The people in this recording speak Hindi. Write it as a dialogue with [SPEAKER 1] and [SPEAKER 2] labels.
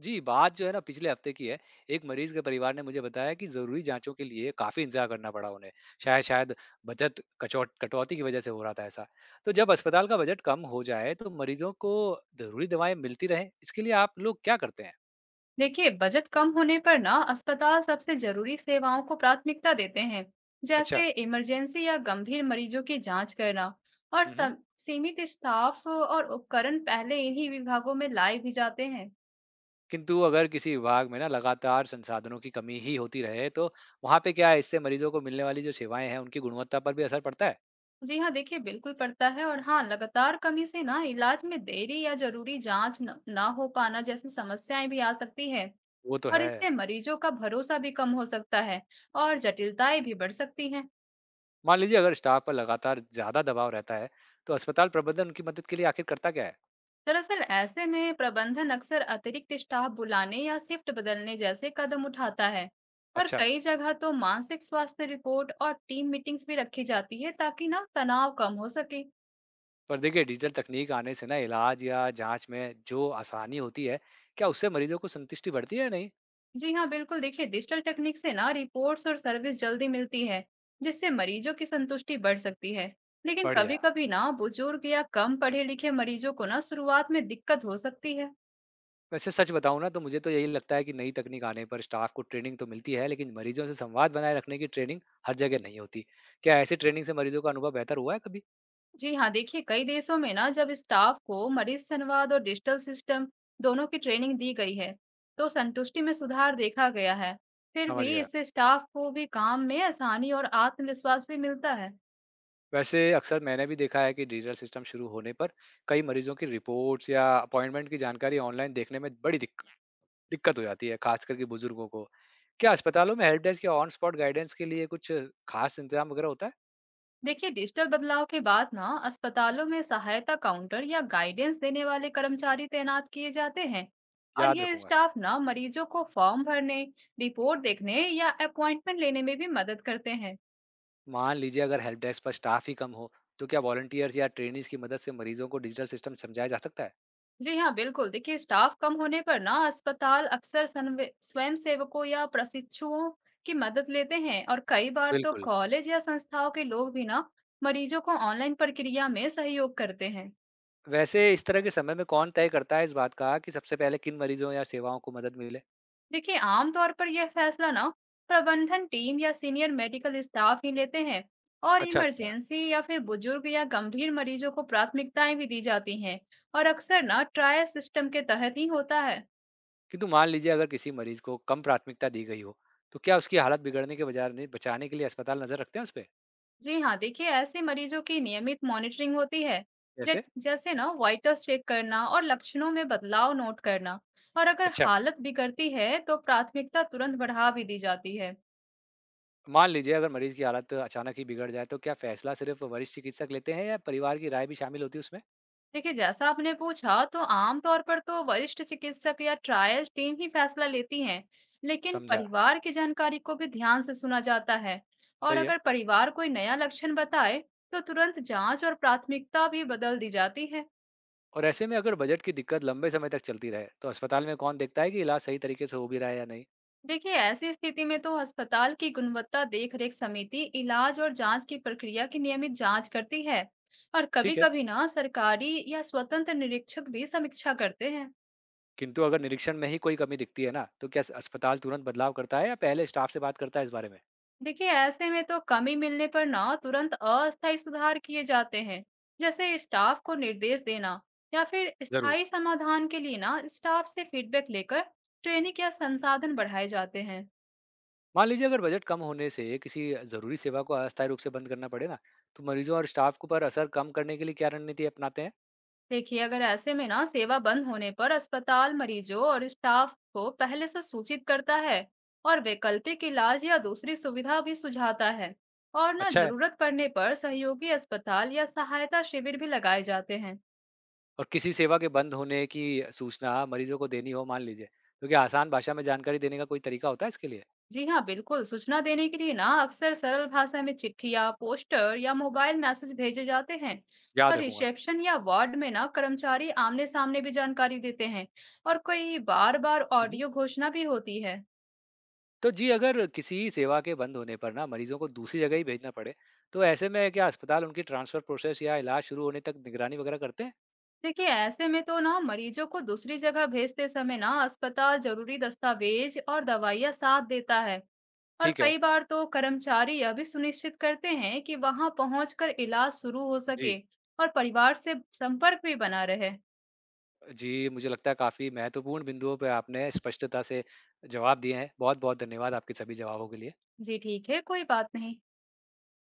[SPEAKER 1] जी, बात जो है ना पिछले हफ्ते की है। एक मरीज़ के परिवार ने मुझे बताया कि ज़रूरी जाँचों के लिए काफ़ी इंतज़ार करना पड़ा उन्हें। शायद शायद बजट कचौट कटौती की वज़ह से हो रहा था ऐसा। तो जब अस्पताल का बजट कम हो जाए तो मरीज़ों को ज़रूरी दवाएँ मिलती रहें, इसके लिए आप लोग क्या करते हैं?
[SPEAKER 2] देखिए बजट कम होने पर ना अस्पताल सबसे जरूरी सेवाओं को प्राथमिकता देते हैं।
[SPEAKER 1] अच्छा।
[SPEAKER 2] जैसे इमरजेंसी या गंभीर मरीजों की जांच करना। और
[SPEAKER 1] हुँ, हुँ।
[SPEAKER 2] सीमित स्टाफ और उपकरण पहले इन्हीं विभागों में लाए भी जाते हैं।
[SPEAKER 1] किंतु अगर किसी विभाग में ना लगातार संसाधनों की कमी ही होती रहे तो वहाँ पे क्या है, इससे मरीज़ों को मिलने वाली जो सेवाएँ हैं, उनकी गुणवत्ता पर भी असर पड़ता है?
[SPEAKER 2] जी हाँ, देखिए बिल्कुल पड़ता है। और हाँ, लगातार कमी से ना इलाज में देरी या जरूरी जांच न, ना हो पाना जैसी समस्याएं भी आ सकती है।
[SPEAKER 1] वो तो
[SPEAKER 2] और
[SPEAKER 1] है।
[SPEAKER 2] इससे मरीजों का भरोसा भी कम हो सकता है। और जटिलताएं भी बढ़ सकती हैं।
[SPEAKER 1] मान लीजिए अगर स्टाफ पर लगातार ज्यादा दबाव रहता है तो अस्पताल प्रबंधन उनकी मदद के लिए आखिर करता क्या है।
[SPEAKER 2] दरअसल ऐसे में प्रबंधन अक्सर अतिरिक्त स्टाफ बुलाने या शिफ्ट बदलने जैसे कदम उठाता है। और
[SPEAKER 1] अच्छा।
[SPEAKER 2] कई जगह तो मानसिक स्वास्थ्य रिपोर्ट और टीम मीटिंग्स भी रखी जाती है, ताकि ना तनाव कम हो सके।
[SPEAKER 1] पर देखिए डिजिटल तकनीक आने से ना इलाज या जांच में जो आसानी होती है, क्या उससे मरीजों को संतुष्टि बढ़ती है या नहीं।
[SPEAKER 2] जी हाँ, बिल्कुल। देखिए डिजिटल टेक्निक से ना रिपोर्ट्स और सर्विस जल्दी मिलती है, जिससे मरीजों की संतुष्टि बढ़ सकती है। लेकिन
[SPEAKER 1] बढ़िया।
[SPEAKER 2] कभी कभी ना बुजुर्ग या कम पढ़े लिखे मरीजों को ना शुरुआत में दिक्कत हो सकती है।
[SPEAKER 1] वैसे सच बताऊं ना तो मुझे तो यही लगता है कि नई तकनीक आने पर स्टाफ को ट्रेनिंग तो मिलती है लेकिन मरीजों से संवाद बनाए रखने की ट्रेनिंग हर जगह नहीं होती। क्या ऐसी ट्रेनिंग से मरीजों का अनुभव बेहतर हुआ है कभी।
[SPEAKER 2] जी हाँ, देखिए कई देशों में ना जब स्टाफ को मरीज संवाद और डिजिटल सिस्टम दोनों की ट्रेनिंग दी गई है, तो संतुष्टि में सुधार देखा गया है। फिर
[SPEAKER 1] समझ
[SPEAKER 2] भी
[SPEAKER 1] गया।
[SPEAKER 2] इससे स्टाफ को भी काम में आसानी और आत्मविश्वास भी मिलता है।
[SPEAKER 1] वैसे अक्सर मैंने भी देखा है कि डिजिटल सिस्टम शुरू होने पर कई मरीजों की रिपोर्ट्स या अपॉइंटमेंट की जानकारी ऑनलाइन देखने में बड़ी दिक्कत हो जाती है, खास करके बुजुर्गों को। क्या अस्पतालों में हेल्प डेस्क या ऑन स्पॉट गाइडेंस के लिए कुछ खास इंतजाम वगैरह होता है।
[SPEAKER 2] देखिए डिजिटल बदलाव के बाद ना अस्पतालों में सहायता काउंटर या गाइडेंस देने वाले कर्मचारी तैनात किए जाते हैं। और
[SPEAKER 1] याद
[SPEAKER 2] ये
[SPEAKER 1] रखूंगा।
[SPEAKER 2] स्टाफ ना मरीजों को फॉर्म भरने, रिपोर्ट देखने या अपॉइंटमेंट लेने में भी मदद करते हैं।
[SPEAKER 1] मान लीजिए अगर हेल्प डेस्क पर स्टाफ ही कम हो तो क्या वॉलंटियर्स या ट्रेनीज की मदद से मरीजों को डिजिटल सिस्टम समझाया जा सकता है।
[SPEAKER 2] जी हाँ, बिल्कुल। देखिए स्टाफ कम होने पर ना अस्पताल अक्सर सनवे स्वयंसेवकों या प्रशिक्षुओं की मदद लेते हैं। और कई बार तो
[SPEAKER 1] बिल्कुल।
[SPEAKER 2] कॉलेज या संस्थाओं के लोग भी ना मरीजों को ऑनलाइन प्रक्रिया में सहयोग करते हैं।
[SPEAKER 1] वैसे इस तरह के समय में कौन तय करता है इस बात का कि सबसे पहले किन मरीजों या सेवाओं को मदद मिले।
[SPEAKER 2] देखिए आमतौर पर यह फैसला ना प्रबंधन टीम या सीनियर मेडिकल स्टाफ ही लेते हैं। और
[SPEAKER 1] अच्छा, अच्छा।
[SPEAKER 2] इमरजेंसी या फिर बुजुर्ग या गंभीर मरीजों को प्राथमिकताएं भी दी जाती हैं। और अक्सर ना ट्रायल सिस्टम के तहत ही होता है।
[SPEAKER 1] किंतु मान लीजिए अगर किसी मरीज को कम प्राथमिकता दी गई हो, तो क्या उसकी हालत बिगड़ने के बजाय ने बचाने के लिए अस्पताल नज़र रखते हैं उसपे?
[SPEAKER 2] जी हाँ, देखिए ऐसे मरीजों की नियमित मॉनिटरिंग होती है।
[SPEAKER 1] जैसे?
[SPEAKER 2] जट जैसे ना वाइटल्स चेक करना और लक्षणों में बदलाव नोट करना। और अगर
[SPEAKER 1] अच्छा।
[SPEAKER 2] हालत बिगड़ती है, तो प्राथमिकता तुरंत बढ़ा भी दी जाती है।
[SPEAKER 1] मान लीजिए अगर मरीज की हालत अचानक ही बिगड़ जाए, तो क्या फैसला सिर्फ वरिष्ठ चिकित्सक लेते हैं या परिवार की राय भी शामिल होती है उसमें?
[SPEAKER 2] देखिए जैसा आपने पूछा, तो आम तौर पर तो वरिष्ठ चिकित्सक या ट्रायल टीम ही फैसला लेती है, लेकिन
[SPEAKER 1] समझा।
[SPEAKER 2] परिवार की जानकारी को भी ध्यान से सुना जाता है। और
[SPEAKER 1] सही है।
[SPEAKER 2] अगर परिवार कोई नया लक्षण बताए, तो तुरंत जांच और प्राथमिकता भी बदल दी जाती है।
[SPEAKER 1] और ऐसे में अगर बजट की दिक्कत लंबे समय तक चलती रहे, तो अस्पताल में कौन देखता है कि इलाज सही तरीके से हो भी रहा है या नहीं?
[SPEAKER 2] देखिए ऐसी स्थिति में तो अस्पताल की गुणवत्ता देख रेख समिति इलाज और जांच की प्रक्रिया की नियमित जांच करती है। और कभी
[SPEAKER 1] ठीक है।
[SPEAKER 2] कभी ना सरकारी या स्वतंत्र निरीक्षक भी समीक्षा करते हैं।
[SPEAKER 1] किंतु अगर निरीक्षण में ही कोई कमी दिखती है ना, तो क्या अस्पताल तुरंत बदलाव करता है या पहले स्टाफ से बात करता है इस बारे में?
[SPEAKER 2] देखिए ऐसे में तो कमी मिलने पर ना तुरंत अस्थायी सुधार किए जाते हैं, जैसे स्टाफ को निर्देश देना। या फिर स्थायी
[SPEAKER 1] ज़रूर।
[SPEAKER 2] समाधान के लिए ना स्टाफ से फीडबैक लेकर ट्रेनिंग या संसाधन बढ़ाए जाते हैं।
[SPEAKER 1] मान लीजिए अगर बजट कम होने से किसी जरूरी सेवा को अस्थायी रूप से बंद करना पड़े ना, तो मरीजों और स्टाफ को पर असर कम करने के लिए क्या रणनीति अपनाते हैं।
[SPEAKER 2] देखिए अगर ऐसे में ना सेवा बंद होने पर अस्पताल मरीजों और स्टाफ को पहले से सूचित करता है और वैकल्पिक इलाज या दूसरी सुविधा भी सुझाता है। और ना
[SPEAKER 1] अच्छा है।
[SPEAKER 2] जरूरत पड़ने पर सहयोगी अस्पताल या सहायता शिविर भी लगाए जाते हैं।
[SPEAKER 1] और किसी सेवा के बंद होने की सूचना मरीजों को देनी हो मान लीजिए, तो क्या आसान भाषा में जानकारी देने का कोई तरीका होता है इसके लिए।
[SPEAKER 2] जी हाँ, बिल्कुल। सूचना देने के लिए ना अक्सर सरल भाषा में चिट्ठियाँ, पोस्टर या मोबाइल मैसेज भेजे जाते हैं।
[SPEAKER 1] याद
[SPEAKER 2] और
[SPEAKER 1] रखूंगा।
[SPEAKER 2] रिसेप्शन या वार्ड में ना कर्मचारी आमने सामने भी जानकारी देते हैं। और कोई बार बार
[SPEAKER 1] मम्म।
[SPEAKER 2] ऑडियो घोषणा भी होती है।
[SPEAKER 1] तो जी अगर किसी सेवा के बंद होने पर ना मरीजों को दूसरी जगह ही भेजना पड़े तो ऐसे में क्या अस्पताल उनकी ट्रांसफर प्रोसेस या इलाज शुरू होने तक निगरानी वगैरह करते हैं।
[SPEAKER 2] देखिए ऐसे में तो ना मरीजों को दूसरी जगह भेजते समय ना अस्पताल जरूरी दस्तावेज और दवाइयाँ साथ देता है। और
[SPEAKER 1] ठीक है।
[SPEAKER 2] कई बार तो कर्मचारी यह भी सुनिश्चित करते हैं कि वहां पहुंचकर इलाज शुरू हो
[SPEAKER 1] जी।
[SPEAKER 2] सके और परिवार से संपर्क भी बना रहे।
[SPEAKER 1] जी, मुझे लगता है काफ़ी महत्वपूर्ण बिंदुओं पे आपने स्पष्टता से जवाब दिए हैं। बहुत-बहुत धन्यवाद आपके सभी जवाबों के लिए।
[SPEAKER 2] जी ठीक है, कोई बात नहीं।